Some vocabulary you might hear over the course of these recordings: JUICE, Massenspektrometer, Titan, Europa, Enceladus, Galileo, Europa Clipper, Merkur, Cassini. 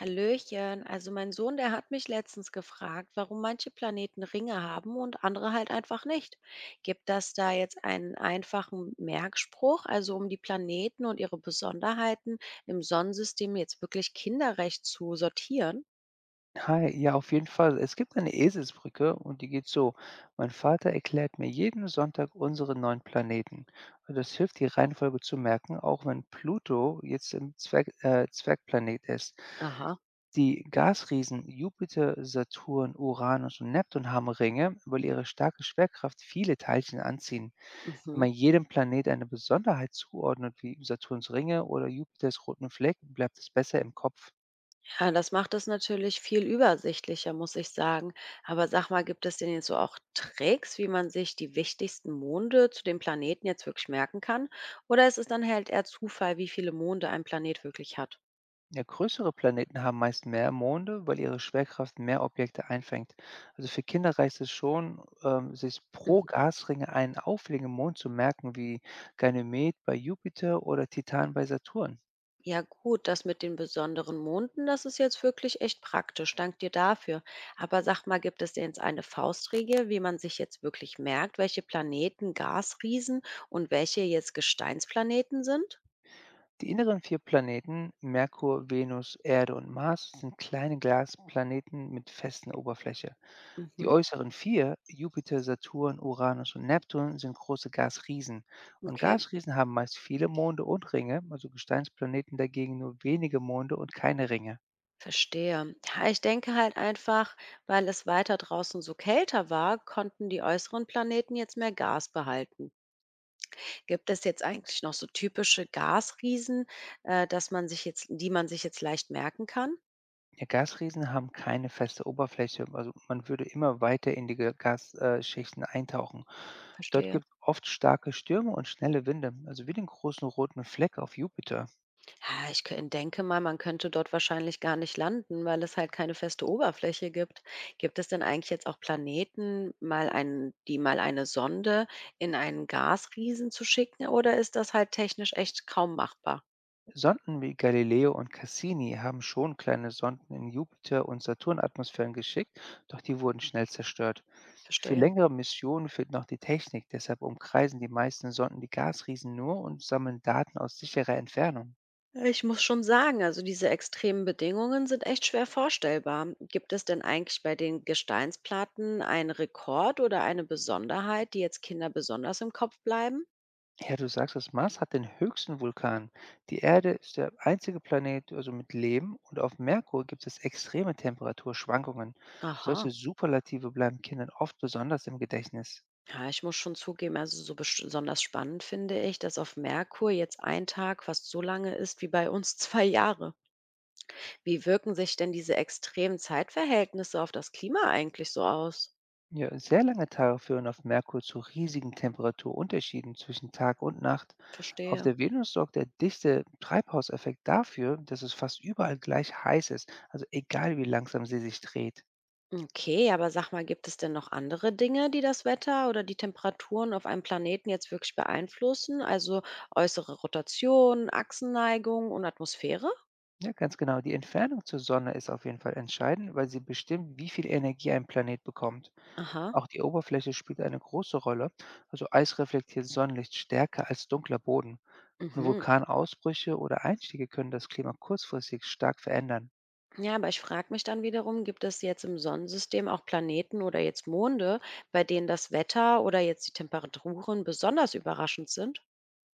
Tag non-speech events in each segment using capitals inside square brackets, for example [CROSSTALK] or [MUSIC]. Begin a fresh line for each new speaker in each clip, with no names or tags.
Hallöchen, also mein Sohn, der hat mich letztens gefragt, warum manche Planeten Ringe haben und andere halt einfach nicht. Gibt das da jetzt einen einfachen Merkspruch, also um die Planeten und ihre Besonderheiten im Sonnensystem jetzt wirklich kinderrecht zu sortieren?
Hi, ja, auf jeden Fall. Es gibt eine Eselsbrücke und die geht so. Mein Vater erklärt mir jeden Sonntag unsere neun Planeten. Und das hilft, die Reihenfolge zu merken, auch wenn Pluto jetzt im Zwergplanet ist.
Aha,
Die Gasriesen Jupiter, Saturn, Uranus und Neptun haben Ringe, weil ihre starke Schwerkraft viele Teilchen anziehen. Wenn
mhm.
man jedem Planet eine Besonderheit zuordnet, wie Saturns Ringe oder Jupiters roten Fleck, bleibt es besser im Kopf.
Ja, das macht es natürlich viel übersichtlicher, muss ich sagen. Aber sag mal, gibt es denn jetzt so auch Tricks, wie man sich die wichtigsten Monde zu dem Planeten jetzt wirklich merken kann? Oder ist es dann halt eher Zufall, wie viele Monde ein Planet wirklich hat?
Ja, größere Planeten haben meist mehr Monde, weil ihre Schwerkraft mehr Objekte einfängt. Also für Kinder reicht es schon, sich pro
Mhm.
Gasringe einen auffälligen Mond zu merken, wie Ganymed bei Jupiter oder Titan bei Saturn.
Ja gut, das mit den besonderen Monden, das ist jetzt wirklich echt praktisch. Dank dir dafür. Aber sag mal, gibt es denn jetzt eine Faustregel, wie man sich jetzt wirklich merkt, welche Planeten Gasriesen und welche jetzt Gesteinsplaneten sind?
Die inneren vier Planeten, Merkur, Venus, Erde und Mars, sind kleine Glasplaneten mit festen Oberfläche. Die
Mhm,
äußeren vier, Jupiter, Saturn, Uranus und Neptun, sind große Gasriesen. Und
okay.
Gasriesen haben meist viele Monde und Ringe, also Gesteinsplaneten dagegen nur wenige Monde und keine Ringe.
Verstehe. Ja, ich denke halt einfach, weil es weiter draußen so kälter war, konnten die äußeren Planeten jetzt mehr Gas behalten. Gibt es jetzt eigentlich noch so typische Gasriesen, dass man sich jetzt, die man sich jetzt leicht merken kann?
Ja, Gasriesen haben keine feste Oberfläche, also man würde immer weiter in die Gasschichten eintauchen. Dort
Verstehe.
gibt es oft starke Stürme und schnelle Winde, also wie den großen roten Fleck auf Jupiter.
Ja, denke mal, man könnte dort wahrscheinlich gar nicht landen, weil es halt keine feste Oberfläche gibt. Gibt es denn eigentlich jetzt auch Planeten, mal ein, die mal eine Sonde in einen Gasriesen zu schicken, oder ist das halt technisch echt kaum machbar?
Sonden wie Galileo und Cassini haben schon kleine Sonden in Jupiter- und Saturnatmosphären geschickt, doch die wurden schnell zerstört. Für
Verstehe.
längere Missionen fehlt noch die Technik, deshalb umkreisen die meisten Sonden die Gasriesen nur und sammeln Daten aus sicherer Entfernung.
Ich muss schon sagen, also diese extremen Bedingungen sind echt schwer vorstellbar. Gibt es denn eigentlich bei den Gesteinsplatten einen Rekord oder eine Besonderheit, die jetzt Kinder besonders im Kopf bleiben?
Ja, du sagst, das Mars hat den höchsten Vulkan. Die Erde ist der einzige Planet also mit Leben und auf Merkur gibt es extreme Temperaturschwankungen.
Aha.
Solche Superlative bleiben Kindern oft besonders im Gedächtnis.
Ja, ich muss schon zugeben, also so besonders spannend finde ich, dass auf Merkur jetzt ein Tag fast so lange ist wie bei uns [LAUGHS] 2 Jahre. Wie wirken sich denn diese extremen Zeitverhältnisse auf das Klima eigentlich so aus?
Ja, sehr lange Tage führen auf Merkur zu riesigen Temperaturunterschieden zwischen Tag und Nacht. Auf
Verstehe.
der Venus sorgt der dichte Treibhauseffekt dafür, dass es fast überall gleich heiß ist, also egal wie langsam sie sich dreht.
Okay, aber sag mal, gibt es denn noch andere Dinge, die das Wetter oder die Temperaturen auf einem Planeten jetzt wirklich beeinflussen? Also äußere Rotation, Achsenneigung und Atmosphäre?
Ja, ganz genau. Die Entfernung zur Sonne ist auf jeden Fall entscheidend, weil sie bestimmt, wie viel Energie ein Planet bekommt.
Aha.
Auch die Oberfläche spielt eine große Rolle. Also Eis reflektiert Sonnenlicht stärker als dunkler Boden. Und
Mhm.
Vulkanausbrüche oder Einstiege können das Klima kurzfristig stark verändern.
Ja, aber ich frage mich dann wiederum, gibt es jetzt im Sonnensystem auch Planeten oder jetzt Monde, bei denen das Wetter oder jetzt die Temperaturen besonders überraschend sind?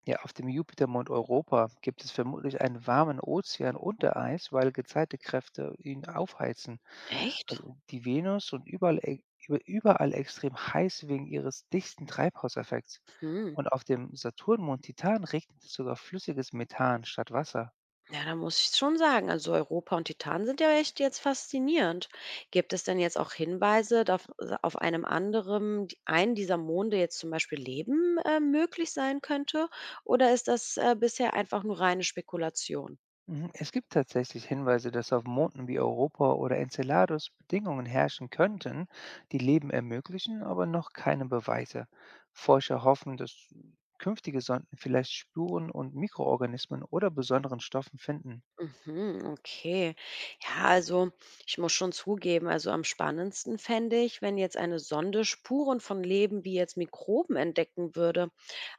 Ja, auf dem Jupitermond Europa gibt es vermutlich einen warmen Ozean unter Eis, weil Gezeitenkräfte ihn aufheizen.
Echt?
Also die Venus und überall extrem heiß wegen ihres dichten Treibhauseffekts.
Hm.
Und auf dem Saturnmond Titan regnet es sogar flüssiges Methan statt Wasser.
Ja, da muss ich schon sagen, also Europa und Titan sind ja echt jetzt faszinierend. Gibt es denn jetzt auch Hinweise, dass auf einem anderen, einen dieser Monde jetzt zum Beispiel Leben möglich sein könnte? Oder ist das bisher einfach nur reine Spekulation?
Mhm. Es gibt tatsächlich Hinweise, dass auf Monden wie Europa oder Enceladus Bedingungen herrschen könnten, die Leben ermöglichen, aber noch keine Beweise. Forscher hoffen, dass künftige Sonden vielleicht Spuren und Mikroorganismen oder besonderen Stoffen finden.
Mhm, okay. Ja, also ich muss schon zugeben, also am spannendsten fände ich, wenn jetzt eine Sonde Spuren von Leben wie jetzt Mikroben entdecken würde,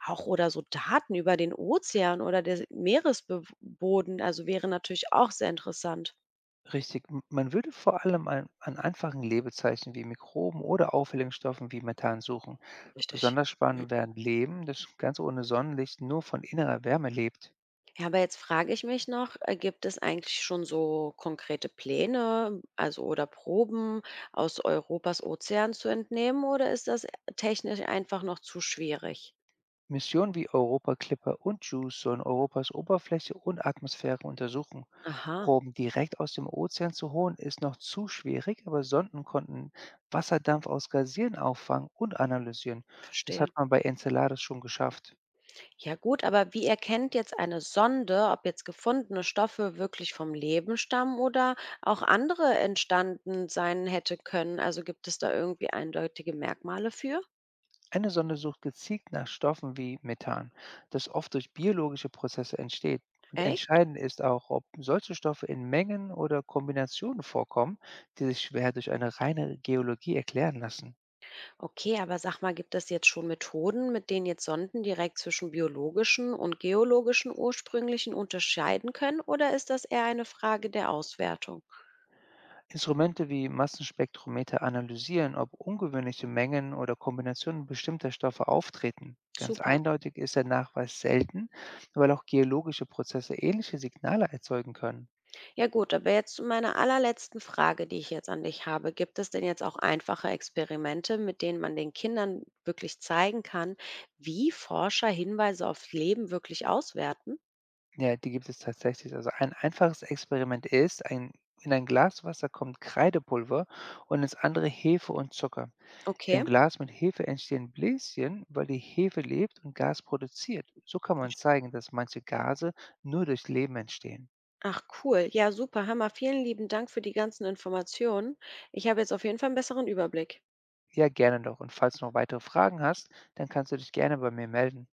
auch oder so Daten über den Ozean oder den Meeresboden, also wäre natürlich auch sehr interessant.
Richtig, man würde vor allem an einfachen Lebezeichen wie Mikroben oder auffälligen Stoffen wie Methan suchen.
Richtig.
Besonders spannend wären Leben, das ganz ohne Sonnenlicht nur von innerer Wärme lebt.
Ja, aber jetzt frage ich mich noch, gibt es eigentlich schon so konkrete Pläne, also oder Proben aus Europas Ozean zu entnehmen oder ist das technisch einfach noch zu schwierig?
Missionen wie Europa Clipper und JUICE sollen Europas Oberfläche und Atmosphäre untersuchen.
Aha.
Proben direkt aus dem Ozean zu holen ist noch zu schwierig, aber Sonden konnten Wasserdampf aus Gasieren auffangen und analysieren. Das hat
Verstehe.
man bei Enceladus schon geschafft.
Ja gut, aber wie erkennt jetzt eine Sonde, ob jetzt gefundene Stoffe wirklich vom Leben stammen oder auch andere entstanden sein hätte können? Also gibt es da irgendwie eindeutige Merkmale für?
Eine Sonde sucht gezielt nach Stoffen wie Methan, das oft durch biologische Prozesse entsteht. Und
Echt?
entscheidend ist auch, ob solche Stoffe in Mengen oder Kombinationen vorkommen, die sich schwer durch eine reine Geologie erklären lassen.
Okay, aber sag mal, gibt es jetzt schon Methoden, mit denen jetzt Sonden direkt zwischen biologischen und geologischen ursprünglichen unterscheiden können oder ist das eher eine Frage der Auswertung?
Instrumente wie Massenspektrometer analysieren, ob ungewöhnliche Mengen oder Kombinationen bestimmter Stoffe auftreten. Ganz
Super.
eindeutig ist der Nachweis selten, weil auch geologische Prozesse ähnliche Signale erzeugen können.
Ja gut, aber jetzt zu meiner allerletzten Frage, die ich jetzt an dich habe. Gibt es denn jetzt auch einfache Experimente, mit denen man den Kindern wirklich zeigen kann, wie Forscher Hinweise aufs Leben wirklich auswerten?
Ja, die gibt es tatsächlich. Also ein einfaches Experiment ist, ein, in ein Glas Wasser kommt Kreidepulver und ins andere Hefe und Zucker. Im
Okay.
Glas mit Hefe entstehen Bläschen, weil die Hefe lebt und Gas produziert. So kann man
verste-
zeigen, dass manche Gase nur durch Leben entstehen.
Ach cool. Ja, super, Hammer. Vielen lieben Dank für die ganzen Informationen. Ich habe jetzt auf jeden Fall einen besseren Überblick.
Ja, gerne doch. Und falls du noch weitere Fragen hast, dann kannst du dich gerne bei mir melden.